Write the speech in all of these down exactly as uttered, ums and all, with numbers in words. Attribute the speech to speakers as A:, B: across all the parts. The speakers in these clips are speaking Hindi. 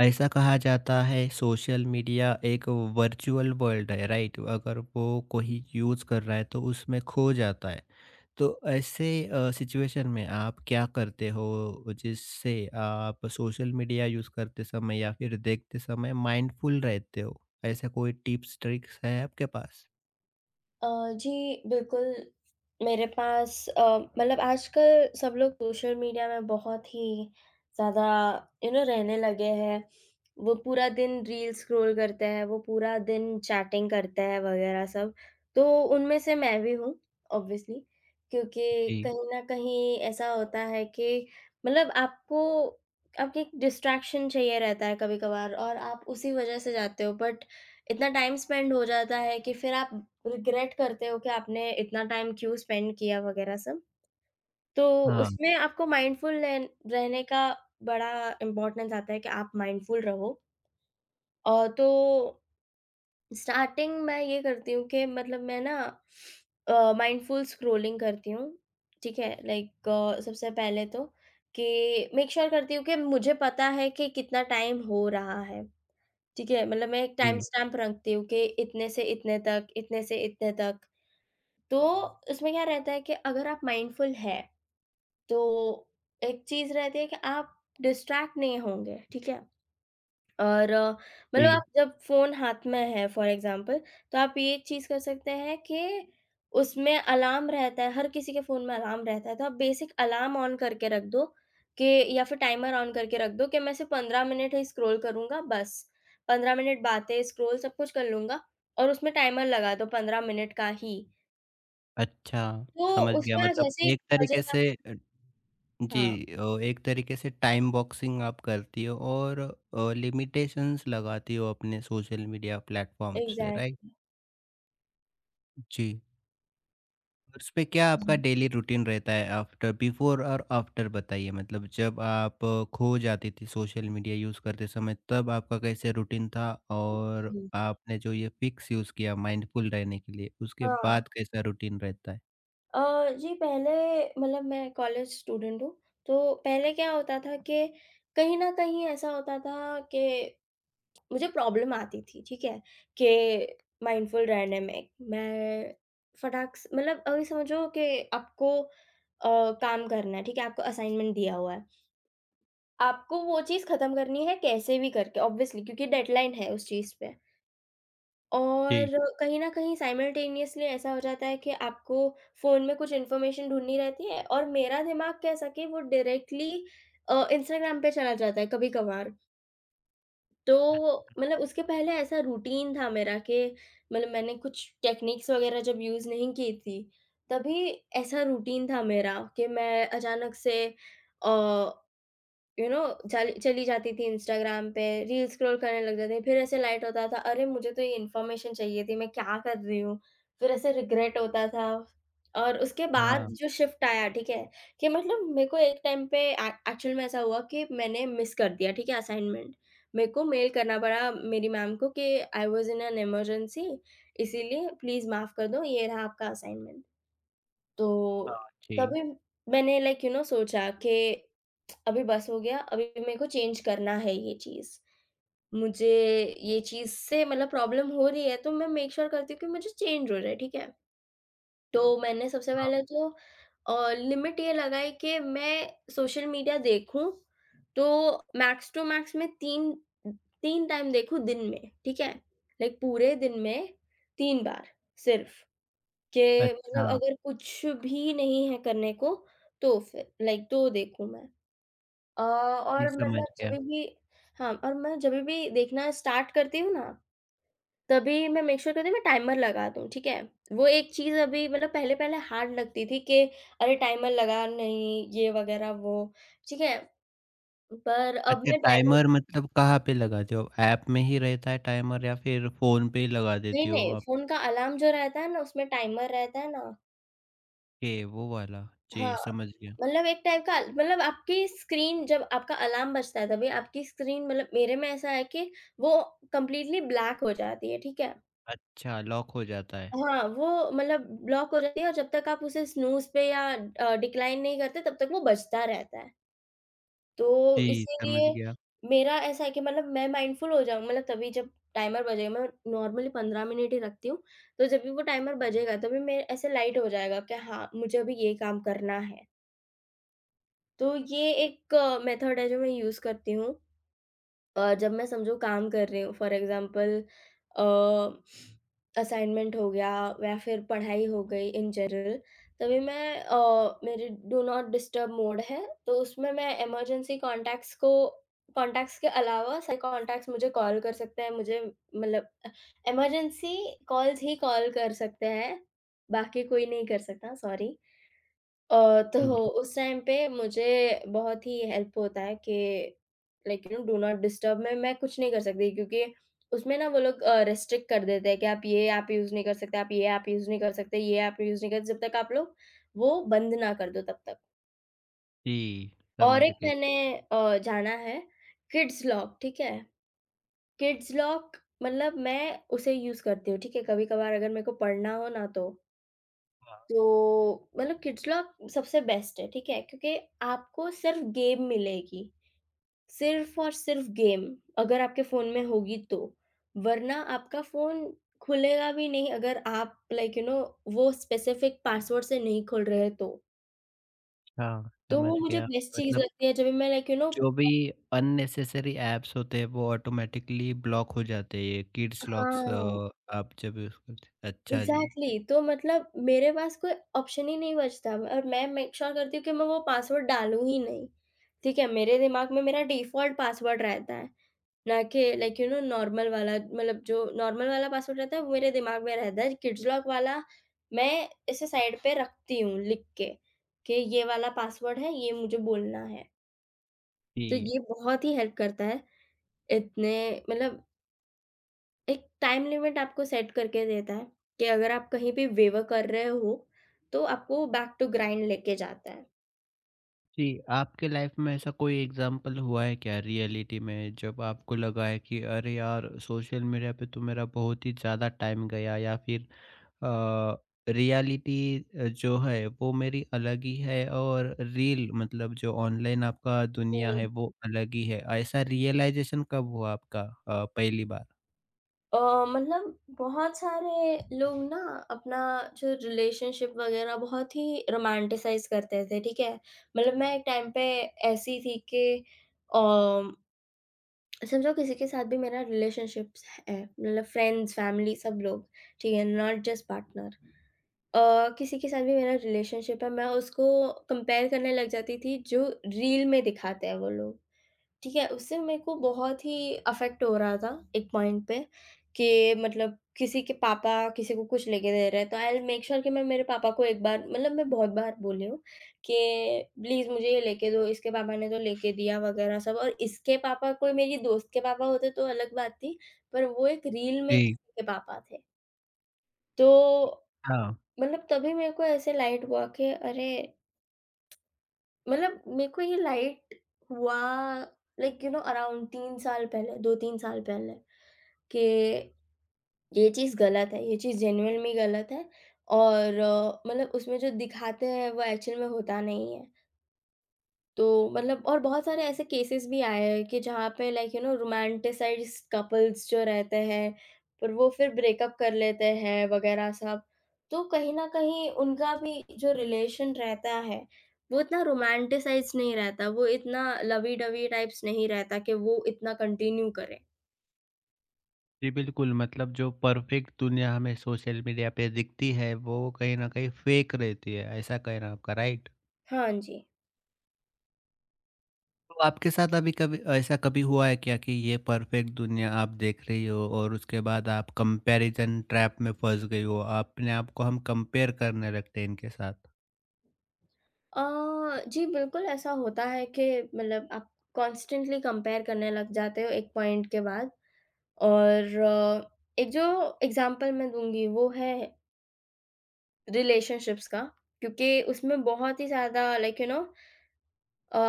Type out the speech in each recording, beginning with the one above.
A: ऐसा कहा जाता है सोशल मीडिया एक वर्चुअल वर्ल्ड है, राइट? अगर वो कोई यूज़ कर रहा है तो उसमें खो जाता है। तो ऐसे अ, सिचुएशन में आप क्या करते हो जिससे आप सोशल मीडिया यूज़ करते समय या फिर देखते समय माइंडफुल रहते हो? ऐसा कोई टिप्स ट्रिक्स है आपके पास?
B: अ, जी, बिल्कुल, मेरे पास अ, मतलब आजकल सब लोग सोशल मीडिया में बहुत ही ज़्यादा यू नो रहने लगे हैं। वो पूरा दिन रील्स स्क्रॉल करते हैं, वो पूरा दिन चैटिंग करते हैं वगैरह सब। तो उनमें से मैं भी हूँ ऑब्वियसली, क्योंकि
A: जी।
B: कहीं न कहीं ऐसा होता है कि मतलब आपको आपको एक डिस्ट्रैक्शन चाहिए रहता है कभी-कभार और आप उसी वजह से जाते हो, बट इतना टाइम स्पेंड हो जाता है कि फिर आप रिग्रेट करते हो कि आपने इतना टाइम क्यों स्पेंड किया वगैरह सब। तो
A: हाँ।
B: उसमें आपको माइंडफुल रहन रहने का बड़ा इम्पोर्टेंस आता है कि आप माइंडफुल रहो। अ, तो स्टार्टिंग मैं ये करती हूँ कि मतलब मैं ना अ, माइंडफुल स्क्रॉलिंग करती हूँ, ठीक है? लाइक अ, सबसे पहले तो कि मेक श्योर करती हूँ कि मुझे पता है कि कितना टाइम हो रहा है। ठीक है, मतलब मैं एक टाइम
A: जी,
B: स्टैम्प रखती हूँ कि इतने से इतने तक, इतने से इतने तक। तो उसमें क्या रहता है कि अगर आप माइंडफुल हैं, तो एक चीज़ रहती है कि आप डिस्ट्रैक्ट नहीं होंगे, ठीक है? और अ, मतलब आप
A: जी।
B: जब फ़ोन हाथ में है फॉर एग्ज़ाम्पल, तो आप ये चीज़ कर सकते हैं कि उसमें अलार्म रहता है, हर किसी के फ़ोन में अलार्म रहता है, तो आप बेसिक अलार्म ऑन करके रख दो कि या फिर टाइमर ऑन करके रख दो कि मैं सिर्फ़ पंद्रह मिनट ही स्क्रॉल करूँगा बस। पंद्रह मिनट बातें, स्क्रॉल सब कुछ कर लूँगा और उसमें टाइमर लगा दो पंद्रह मिनट का ही।
A: अच्छा,
B: तो
A: समझ गया।
B: उसमें आप
A: मतलब
B: जैसे ही
A: एक तरीके
B: बजेगा
A: से जी
B: हाँ,
A: अ, एक तरीके से टाइम बॉक्सिंग आप करती हो और अ, लिमिटेशंस लगाती हो अपने सोशल मीडिया प्लेटफॉर्म्स पे, राइट?
B: एग्ज़ैक्टली।
A: जी। और उस पे क्या आपका
B: जी,
A: डेली रूटीन रहता है? आफ्टर बिफोर और आफ्टर बताइए। मतलब जब आप अ, खो जाती थी सोशल मीडिया यूज़ करते समय, तब आपका कैसे रूटीन था और
B: जी।
A: आपने जो ये फिक्स यूज़ किया माइंडफुल रहने के लिए उसके
B: हाँ।
A: बाद कैसा रूटीन रहता है?
B: अ, जी पहले मतलब मैं कॉलेज स्टूडेंट हूँ, तो पहले क्या होता था कि कहीं न कहीं ऐसा होता था कि मुझे प्रॉब्लम आती थी, ठीक है? कि माइंडफुल रहने में, मैं फटाक से मतलब अभी समझो कि आपको अ, काम करना है, ठीक है? आपको असाइनमेंट दिया हुआ है, आपको वो चीज़ खत्म करनी है कैसे भी करके, ऑब्वियसली, क्योंकि डेडलाइन है उस चीज़ पे।
A: जी।
B: और कहीं न कहीं साइमल्टेनियसली ऐसा हो जाता है कि आपको फ़ोन में कुछ इन्फॉर्मेशन ढूँढनी रहती है और मेरा दिमाग कह सके वो डायरेक्टली अ, इंस्टाग्राम पे चला जाता है कभी-कभार। तो मतलब उसके पहले ऐसा रूटीन था मेरा कि मतलब मैंने कुछ टेक्निक्स वग़ैरह जब यूज़ नहीं की थी, तभी ऐसा रूटीन था मेरा कि मैं अचानक से अ यू नो चल चली जाती थी इंस्टाग्राम पे, रील स्क्रॉल करने लग जाती थी, फिर ऐसे लाइट होता था, "अरे! मुझे तो ये इन्फॉर्मेशन चाहिए थी, मैं क्या कर रही हूँ?" फिर ऐसे रिग्रेट होता था और उसके बाद
A: हाँ।
B: हुँ। जो शिफ्ट आया, ठीक है, कि मतलब मेरे को एक टाइम पे ए एक्चुअल में ऐसा हुआ कि मैंने मिस कर दिया, ठीक है, असाइनमेंट। मेरे को मेल करना पड़ा मेरी मैम को कि I was in an emergency, इसीलिए प्लीज़ माफ़ कर दो, ये रहा आपका असाइनमेंट। तो
A: हाँ जी।
B: तभी मैंने लाइक यू नो सोचा कि अभी बस हो गया, अभी मेरे को चेंज करना है ये चीज़। मुझे ये चीज़ से मतलब प्रॉब्लम हो रही है, तो मैं मेक श्योर करती हूँ कि मुझे चेंज हो जाए, ठीक है? तो मैंने सबसे
A: हाँ।
B: पहले तो अ, लिमिट ये लगाई कि मैं सोशल मीडिया देखूँ, तो मैक्स टू मैक्स मैं 3 3 टाइम देखूँ दिन में, ठीक है? लाइक पूरे दिन में तीन बार सिर्फ़। के मतलब
A: अच्छा।
B: अगर कुछ भी नहीं है करने को, तो फिर लाइक तो देखूँ मैं। अ,
A: जी,
B: और
A: समझ
B: मतलब
A: गया।
B: जभी भी हाँ, और मैं जभी भी देखना स्टार्ट करती हूँ ना, तभी मैं मेक श्योर करती हूँ मैं टाइमर लगा दूँ, ठीक है? वो एक चीज़ अभी मतलब पहले-पहले हार्ड लगती थी कि अरे टाइमर लगा नहीं, ये वगैरह वो, ठीक है? पर अब
A: अच्छा,
B: मैं टाइमर
A: टाइमर मतलब कहाँ पे लगाते हो? ऐप में ही रहता है टाइमर या फिर फ़ोन पे ही लगा
B: नहीं,
A: देती हो
B: नहीं,
A: आप?
B: फ़ोन का अलार्म जो रहता है ना, उसमें टाइमर रहता है ना।
A: ये वो वाला, जी
B: हाँ,
A: समझ गया।
B: मतलब एक टाइप का मतलब आपकी स्क्रीन जब आपका अलार्म बजता है, तभी आपकी स्क्रीन मतलब मेरे में ऐसा है कि वो कंप्लीटली ब्लैक हो जाती है, ठीक है?
A: अच्छा, लॉक हो जाता है।
B: हाँ, वो मतलब ब्लॉक हो जाती है और जब तक आप उसे स्नूज़ पे या अ, डिक्लाइन नहीं करते तब तक वो बजता रहता है। तो
A: जी, समझ
B: इसीलिए
A: गया।
B: मेरा ऐसा है कि मतलब मैं माइंडफुल हो जाऊँ मतलब तभी जब टाइमर बजेगा, मैं नॉर्मली पंद्रह मिनट ही रखती हूँ। तो जब भी वो टाइमर बजेगा तभी मैं ऐसे लाइट हो जाएगा कि हाँ, मुझे अभी ये काम करना है। तो ये एक मेथड है जो मैं यूज़ करती हूँ अ, जब मैं समझो काम कर रही हूँ फॉर एग्ज़ाम्पल अ, असाइनमेंट हो गया या फिर पढ़ाई हो गई इन जनरल, तभी मैं अ, मेरे डू नॉट डिस्टर्ब मोड है तो उसमें मैं इमरजेंसी कॉन्टैक्ट्स को कॉन्टैक्ट्स के अलावा सारे कॉन्टैक्ट्स मुझे कॉल कर सकते हैं, मुझे मतलब इमरजेंसी कॉल्स ही कॉल कर सकते हैं, बाकी कोई नहीं कर सकता सॉरी। अ, तो
A: जी,
B: उस टाइम पे मुझे बहुत ही हेल्प होता है कि like you know do not disturb में मैं कुछ नहीं कर सकती क्योंकि उसमें ना वो लोग रेस्ट्रिक्ट कर देते हैं कि आप ये ऐप यूज़ नहीं कर सकते, आप ये ऐप यूज़ नहीं कर सकते, ये ऐप यूज़ नहीं कर सकते, जब तक आप लोग वो बंद ना कर दो तब तक।
A: जी,
B: और
A: समझ
B: एक
A: गया।
B: मैंने अ, जाना है, किड्स लॉक, ठीक है? किड्स लॉक, मतलब मैं उसे यूज़ करती हूँ, ठीक है? कभी-कभार अगर मेरे को पढ़ना हो ना तो। तो मतलब किड्स लॉक सबसे बेस्ट है, ठीक है? क्योंकि आपको सिर्फ़ गेम मिलेगी, सिर्फ़ और सिर्फ़ गेम अगर आपके फ़ोन में होगी तो। वरना आपका फ़ोन खुलेगा भी नहीं अगर आप लाइक यू नो वो स्पेसिफ़िक पासवर्ड से नहीं खोल रहे तो।
A: अच्छा,
B: तो
A: समझ
B: वो मुझे
A: गया।
B: बेस्ट चीज़
A: मतलब
B: लगती है जब भी मैं लाइक यू नो
A: जो भी अननेसेसरी ऐप्स होते हैं वो ऑटोमैटिकली ब्लॉक हो जाते हैं, ये किड्स लॉक्स
B: हाँ,
A: अ, आप जब यूज़ करते। अच्छा जी।
B: एग्ज़ैक्टली। तो मतलब मेरे पास कोई ऑप्शन ही नहीं बचता और मैं मेक श्योर करती हूँ कि मैं वो पासवर्ड डालूँ ही नहीं, ठीक है? मेरे दिमाग में मेरा डिफ़ॉल्ट पासवर्ड रहता है। ना कि लाइक यू नो नॉर्मल वाला मतलब जो नॉर्मल वाला पासवर्ड रहता है वो मेरे दिमाग में रहता है, किड्स लॉक वाला मैं इसे साइड पे रखती हूँ लिख के कि ये वाला पासवर्ड है, ये मुझे बोलना है।
A: जी।
B: तो ये बहुत ही हेल्प करता है, इतने मतलब एक टाइम लिमिट आपको सेट करके देता है कि अगर आप कहीं पे वेवर कर रहे हो तो आपको बैक टू ग्राइंड लेके जाता
A: जी, आपके लाइफ में ऐसा कोई एग्जाम्पल हुआ है क्या रियलिटी में, जब आपको लगा है कि अरे यार, सोशल मीडिया पे तो मेरा बहुत ही ज़्यादा टाइम गया, या फिर रियलिटी जो है वो मेरी अलग ही है और रील मतलब जो ऑनलाइन आपका दुनिया
B: है।
A: है वो अलग ही है, ऐसा रियलाइजेशन कब हुआ आपका अ, पहली बार?
B: अ, मतलब बहुत सारे लोग ना अपना जो रिलेशनशिप वगैरह बहुत ही रोमांटिसाइज़ करते थे, ठीक है? मतलब मैं एक टाइम पे ऐसी थी कि अम, समझो किसी के साथ भी मेरा रिलेशनशिप्स है, मतलब फ्रेंड्स, फैमिली सब लोग, ठीक है? Not just partner. अ, किसी के साथ भी मेरा रिलेशनशिप है, मैं उसको कंपेयर करने लग जाती थी जो रील में दिखाते हैं वो लोग। ठीक है, उससे मेरे को बहुत ही अफ़ेक्ट हो रहा था एक पॉइंट पे कि मतलब किसी के पापा किसी को कुछ लेके दे रहे हैं, तो आई विल मेक श्योर कि मैं मेरे पापा को एक बार मतलब मैं बहुत बार बोली हूँ कि प्लीज़ मुझे ये लेके दो, इसके पापा ने तो लेके दिया वगैरह सब, और इसके पापा कोई मेरी दोस्त के पापा होते तो अलग बात थी, पर वो एक रील में
A: जी।
B: किसी के पापा थे। तो
A: हाँ।
B: मतलब तभी मेरे को ऐसे लाइट हुआ कि अरे! मतलब मेरे को ये लाइट हुआ लाइक यू नो अराउंड तीन साल पहले दो तीन साल पहले कि ये चीज़ गलत है, ये चीज़ जेनुइन में गलत है और अ, मतलब उसमें जो दिखाते हैं वो एक्चुअल में होता नहीं है। तो मतलब और बहुत सारे ऐसे केसेस भी आए हैं कि जहाँ पे like you know romanticized couples जो रहते हैं, पर वो फिर ब्रेकअप कर लेते हैं वगैरह सब। तो कहीं न कहीं उनका भी जो रिलेशन रहता है, वो इतना रोमांटिसाइज्ड नहीं रहता, वो इतना लवी-डवी टाइप्स नहीं रहता कि वो इतना कंटिन्यू करें।
A: जी बिल्कुल, मतलब जो परफेक्ट दुनिया हमें सोशल मीडिया पे दिखती है वो कहीं ना कहीं फेक रहती है, ऐसा कहना आपका, राइट?
B: हाँ जी।
A: तो आपके साथ अभी कभी ऐसा कभी हुआ है क्या कि ये परफेक्ट दुनिया आप देख रही हो और उसके बाद आप कंपैरिजन ट्रैप में फंस गई हो? अपने आप को हम कंपेयर करने लगते हैं इनके साथ।
B: अ, जी बिल्कुल, ऐसा होता है कि मतलब आप कॉन्स्टेंटली कंपेयर करने लग जाते हो एक पॉइंट के बाद। और अ, एक जो एग्ज़ाम्पल मैं दूँगी वो है रिलेशनशिप्स का, क्योंकि उसमें बहुत ही ज़्यादा like you know uh,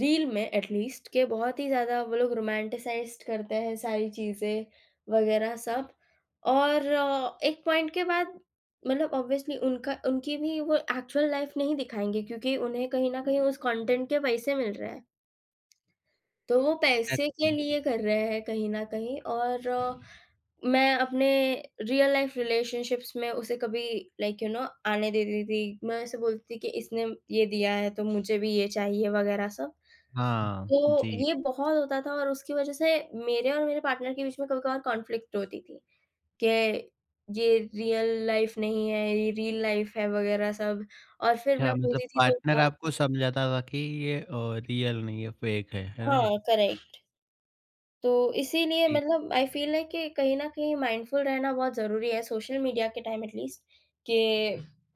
B: reel में एट लीस्ट के बहुत ही ज़्यादा वो लोग रोमांटिसाइज़्ड करते हैं सारी चीज़ें वग़ैरह सब। और अ, एक पॉइंट के बाद मतलब ऑब्वियसली उनका उनकी भी वो एक्चुअल लाइफ़ नहीं दिखाएँगे क्योंकि उन्हें कहीं न कहीं उस कंटेंट के पैसे मिल रहे हैं। तो वो पैसे के
A: एग्जैक्टली।
B: लिए कर रहे हैं कहीं न कहीं और मैं अपने रियल लाइफ रिलेशनशिप्स में उसे कभी लाइक यू नो आने देती थी। मैं उसे बोलती थी कि इसने ये दिया है तो मुझे भी ये चाहिए वगैरह सब।
A: हाँ
B: तो
A: जी।
B: ये बहुत होता था और उसकी वज़ह से मेरे और मेरे पार्टनर के बीच में कभी-कभार कॉन्फ्लिक्ट होती थी कि ये रियल लाइफ नहीं है, ये रील लाइफ है वगैरह सब, और फिर मैं
A: अच्छा, मतलब
B: बोलती थी तो क्या
A: पार्टनर आपको समझाता था कि ये रियल नहीं है, फेक है है ना?
B: हाँ, करेक्ट। तो इसीलिए
A: जी।
B: मतलब आई फ़ील है कि कहीं न कहीं माइंडफुल रहना बहुत ज़रूरी है सोशल मीडिया के टाइम एट लीस्ट। कि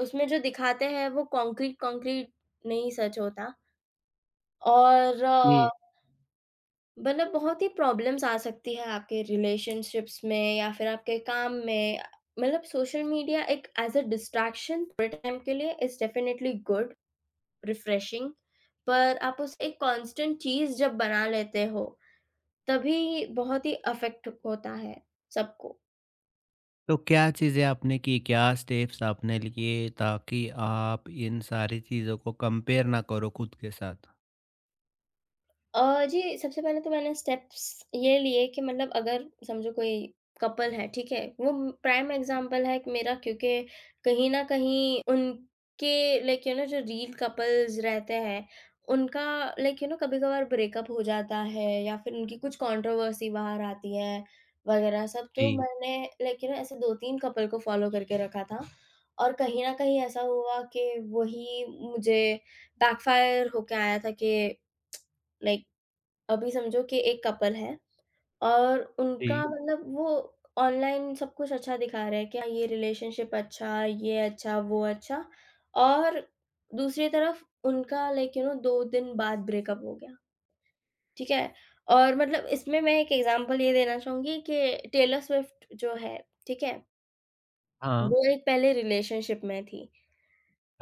B: उसमें जो दिखाते हैं वो कॉन्क्रीट कॉन्क्रीट नहीं सच होता। और अ,
A: जी।
B: मतलब बहुत ही प्रॉब्लम्स आ सकती है आपके रिलेशनशिप्स में या फिर आपके काम में। मतलब सोशल मीडिया एक एज़ अ डिस्ट्रैक्शन थोड़े टाइम के लिए इज़ डेफिनिटली गुड, रिफ्रेशिंग। पर आप उसे एक कांस्टेंट चीज़ जब बना लेते हो तभी बहुत ही अफ़ेक्ट होता है सबको।
A: तो क्या चीज़ें आपने की, क्या स्टेप्स आपने लिए ताकि आप इन सारी चीज़ों को कंपेयर ना करो खुद के साथ?
B: अ, जी, सबसे पहले तो मैंने स्टेप्स ये लिए कि मतलब अगर समझो कोई कपल है, ठीक है? वो प्राइम एग्ज़ाम्पल है मेरा, क्योंकि कहीं न कहीं उनके लाइक यू नो जो रील कपल्स रहते हैं, उनका लाइक यू नो कभी-कभार ब्रेकअप हो जाता है या फिर उनकी कुछ कंट्रोवर्सी बाहर आती है वगैरह सब। तो
A: जी।
B: मैंने लाइक यू नो ऐसे दो तीन कपल को फ़ॉलो करके रखा था और कहीं न कहीं ऐसा हुआ कि वही मुझे बैकफ़ायर होके आया था कि लाइक अभी समझो कि एक कपल है और उनका
A: जी।
B: हुँ। मतलब वो ऑनलाइन सब कुछ अच्छा दिखा रहे हैं कि हाँ, ये रिलेशनशिप अच्छा, ये अच्छा, वो अच्छा। और दूसरी तरफ उनका लाइक यू नो दो दिन बाद ब्रेकअप हो गया, ठीक है? और मतलब इसमें मैं एक एग्ज़ाम्पल ये देना चाहूँगी कि टेलर स्विफ्ट जो है, ठीक है?
A: हाँ।
B: वो एक पहले रिलेशनशिप में थी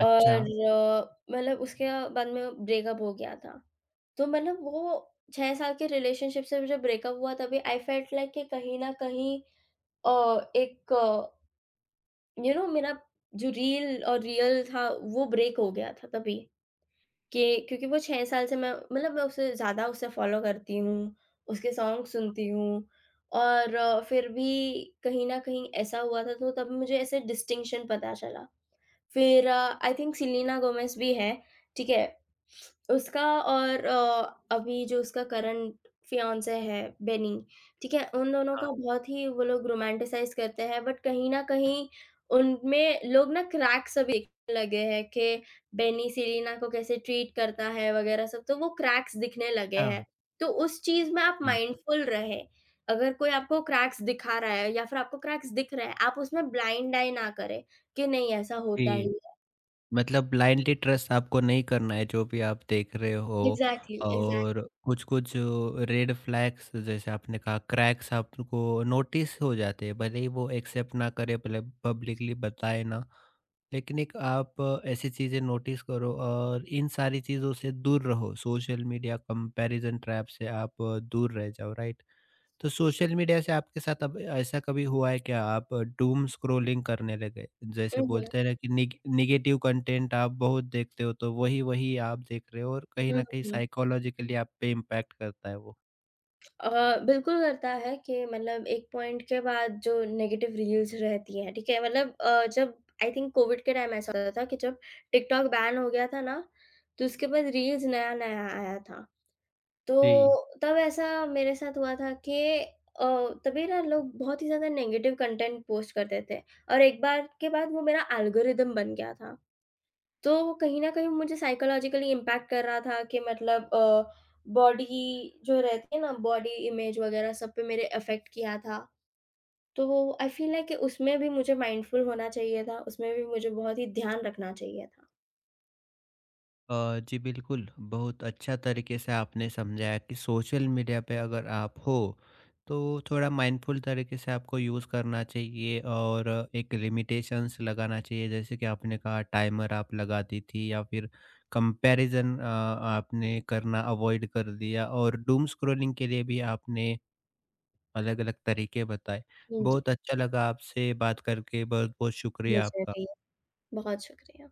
B: और
A: अच्छा।
B: अ, मतलब उसके बाद में ब्रेकअप हो गया था। तो मतलब वो छह साल के रिलेशनशिप से मुझे ब्रेकअप हुआ तभी आई फेल्ट लाइक कि कहीं न कहीं अ, एक यू नो मेरा जो रील और रियल था वो ब्रेक हो गया था तभी। कि क्योंकि वो छह साल से मैं मतलब मैं उसे ज़्यादा उसे फॉलो करती हूँ, उसके सॉन्ग सुनती हूँ और अ, फिर भी कहीं न कहीं ऐसा हुआ था, तो तब मुझे ऐसे डिस्टिंक्शन पता चला। फिर आई थिंक सेलेना गोमेज़ भी है, ठीक है? उसका और अ, अभी जो उसका करंट फियांसे है बेनी, ठीक है? उन दोनों का
A: हाँ।
B: बहुत ही वो लोग रोमांटिसाइज़ करते हैं, बट कहीं न कहीं उनमें लोग ना क्रैक्स सब दिखने लगे हैं कि बेनी सेलेना को कैसे ट्रीट करता है वगैरह सब, तो वो क्रैक्स दिखने लगे
A: हाँ।
B: हैं। तो उस चीज़ में आप
A: जी,
B: माइंडफुल रहें। अगर कोई आपको क्रैक्स दिखा रहा है या फिर आपको क्रैक्स दिख रहा है, आप उसमें ब्लाइंड आई ना करें। कि नहीं ऐसा होता ही
A: जी,
B: है।
A: मतलब ब्लाइंडली ट्रस्ट आपको नहीं करना है जो भी आप देख रहे हो।
B: Exactly, exactly.
A: और कुछ-कुछ रेड फ्लैग्स, जैसे आपने कहा क्रैक्स, आपको नोटिस हो जाते हैं, भले ही वो एक्सेप्ट ना करे, भले पब्लिकली बताए ना, लेकिन एक आप ऐसी चीज़ें नोटिस करो और इन सारी चीज़ों से दूर रहो, सोशल मीडिया कंपैरिजन ट्रैप से आप दूर रह जाओ, राइट? तो सोशल मीडिया से आपके साथ अब ऐसा कभी हुआ है क्या? आप डूम स्क्रॉलिंग करने लगे? जैसे
B: हुँ, हुँ।
A: बोलते हैं ना कि निग नेगेटिव कंटेंट आप बहुत देखते हो, तो वही-वही आप देख रहे हो और कहीं
B: हुँ,
A: न कहीं
B: हुँ।
A: साइकोलॉजिकली आप पे इम्पैक्ट करता है वो?
B: अ, बिल्कुल करता है कि मतलब एक पॉइंट के बाद जो नेगेटिव रील्स रहती हैं, ठीक है? मतलब अ, जब आई थिंक कोविड के टाइम ऐसा होता था कि जब टिकटॉक बैन हो गया था ना, तो उसके बाद रील्स नया-नया आया था।
A: जी।
B: तो तब ऐसा मेरे साथ हुआ था कि अ, तभी ना लोग बहुत ही ज़्यादा नेगेटिव कंटेंट पोस्ट करते थे और एक बार के बाद वो मेरा एल्गोरिदम बन गया था। तो वो कहीं न कहीं मुझे साइकोलॉजिकली इम्पैक्ट कर रहा था कि मतलब अ, बॉडी जो रहती है ना बॉडी इमेज वगैरह सब पे मेरे इफ़ेक्ट किया था। तो वो आई फ़ील लाइक कि उसमें भी मुझे माइंडफुल होना चाहिए था, उसमें भी मुझे बहुत ही ध्यान रखना चाहिए था।
A: अ, जी बिल्कुल, बहुत अच्छा तरीके से आपने समझाया कि सोशल मीडिया पे अगर आप हो, तो थोड़ा माइंडफुल तरीके से आपको यूज़ करना चाहिए और एक लिमिटेशंस लगाना चाहिए। जैसे कि आपने कहा टाइमर आप लगाती थी, या फिर कंपैरिज़न अ, आपने करना अवॉइड कर दिया और डूम स्क्रॉलिंग के लिए भी आपने अलग-अलग तरीके बताए।
B: हुँ, जी।
A: बहुत अच्छा लगा आपसे बात करके, बहुत-बहुत शुक्रिया
B: मुझे
A: आपका।
B: भी। बहुत शुक्रिया।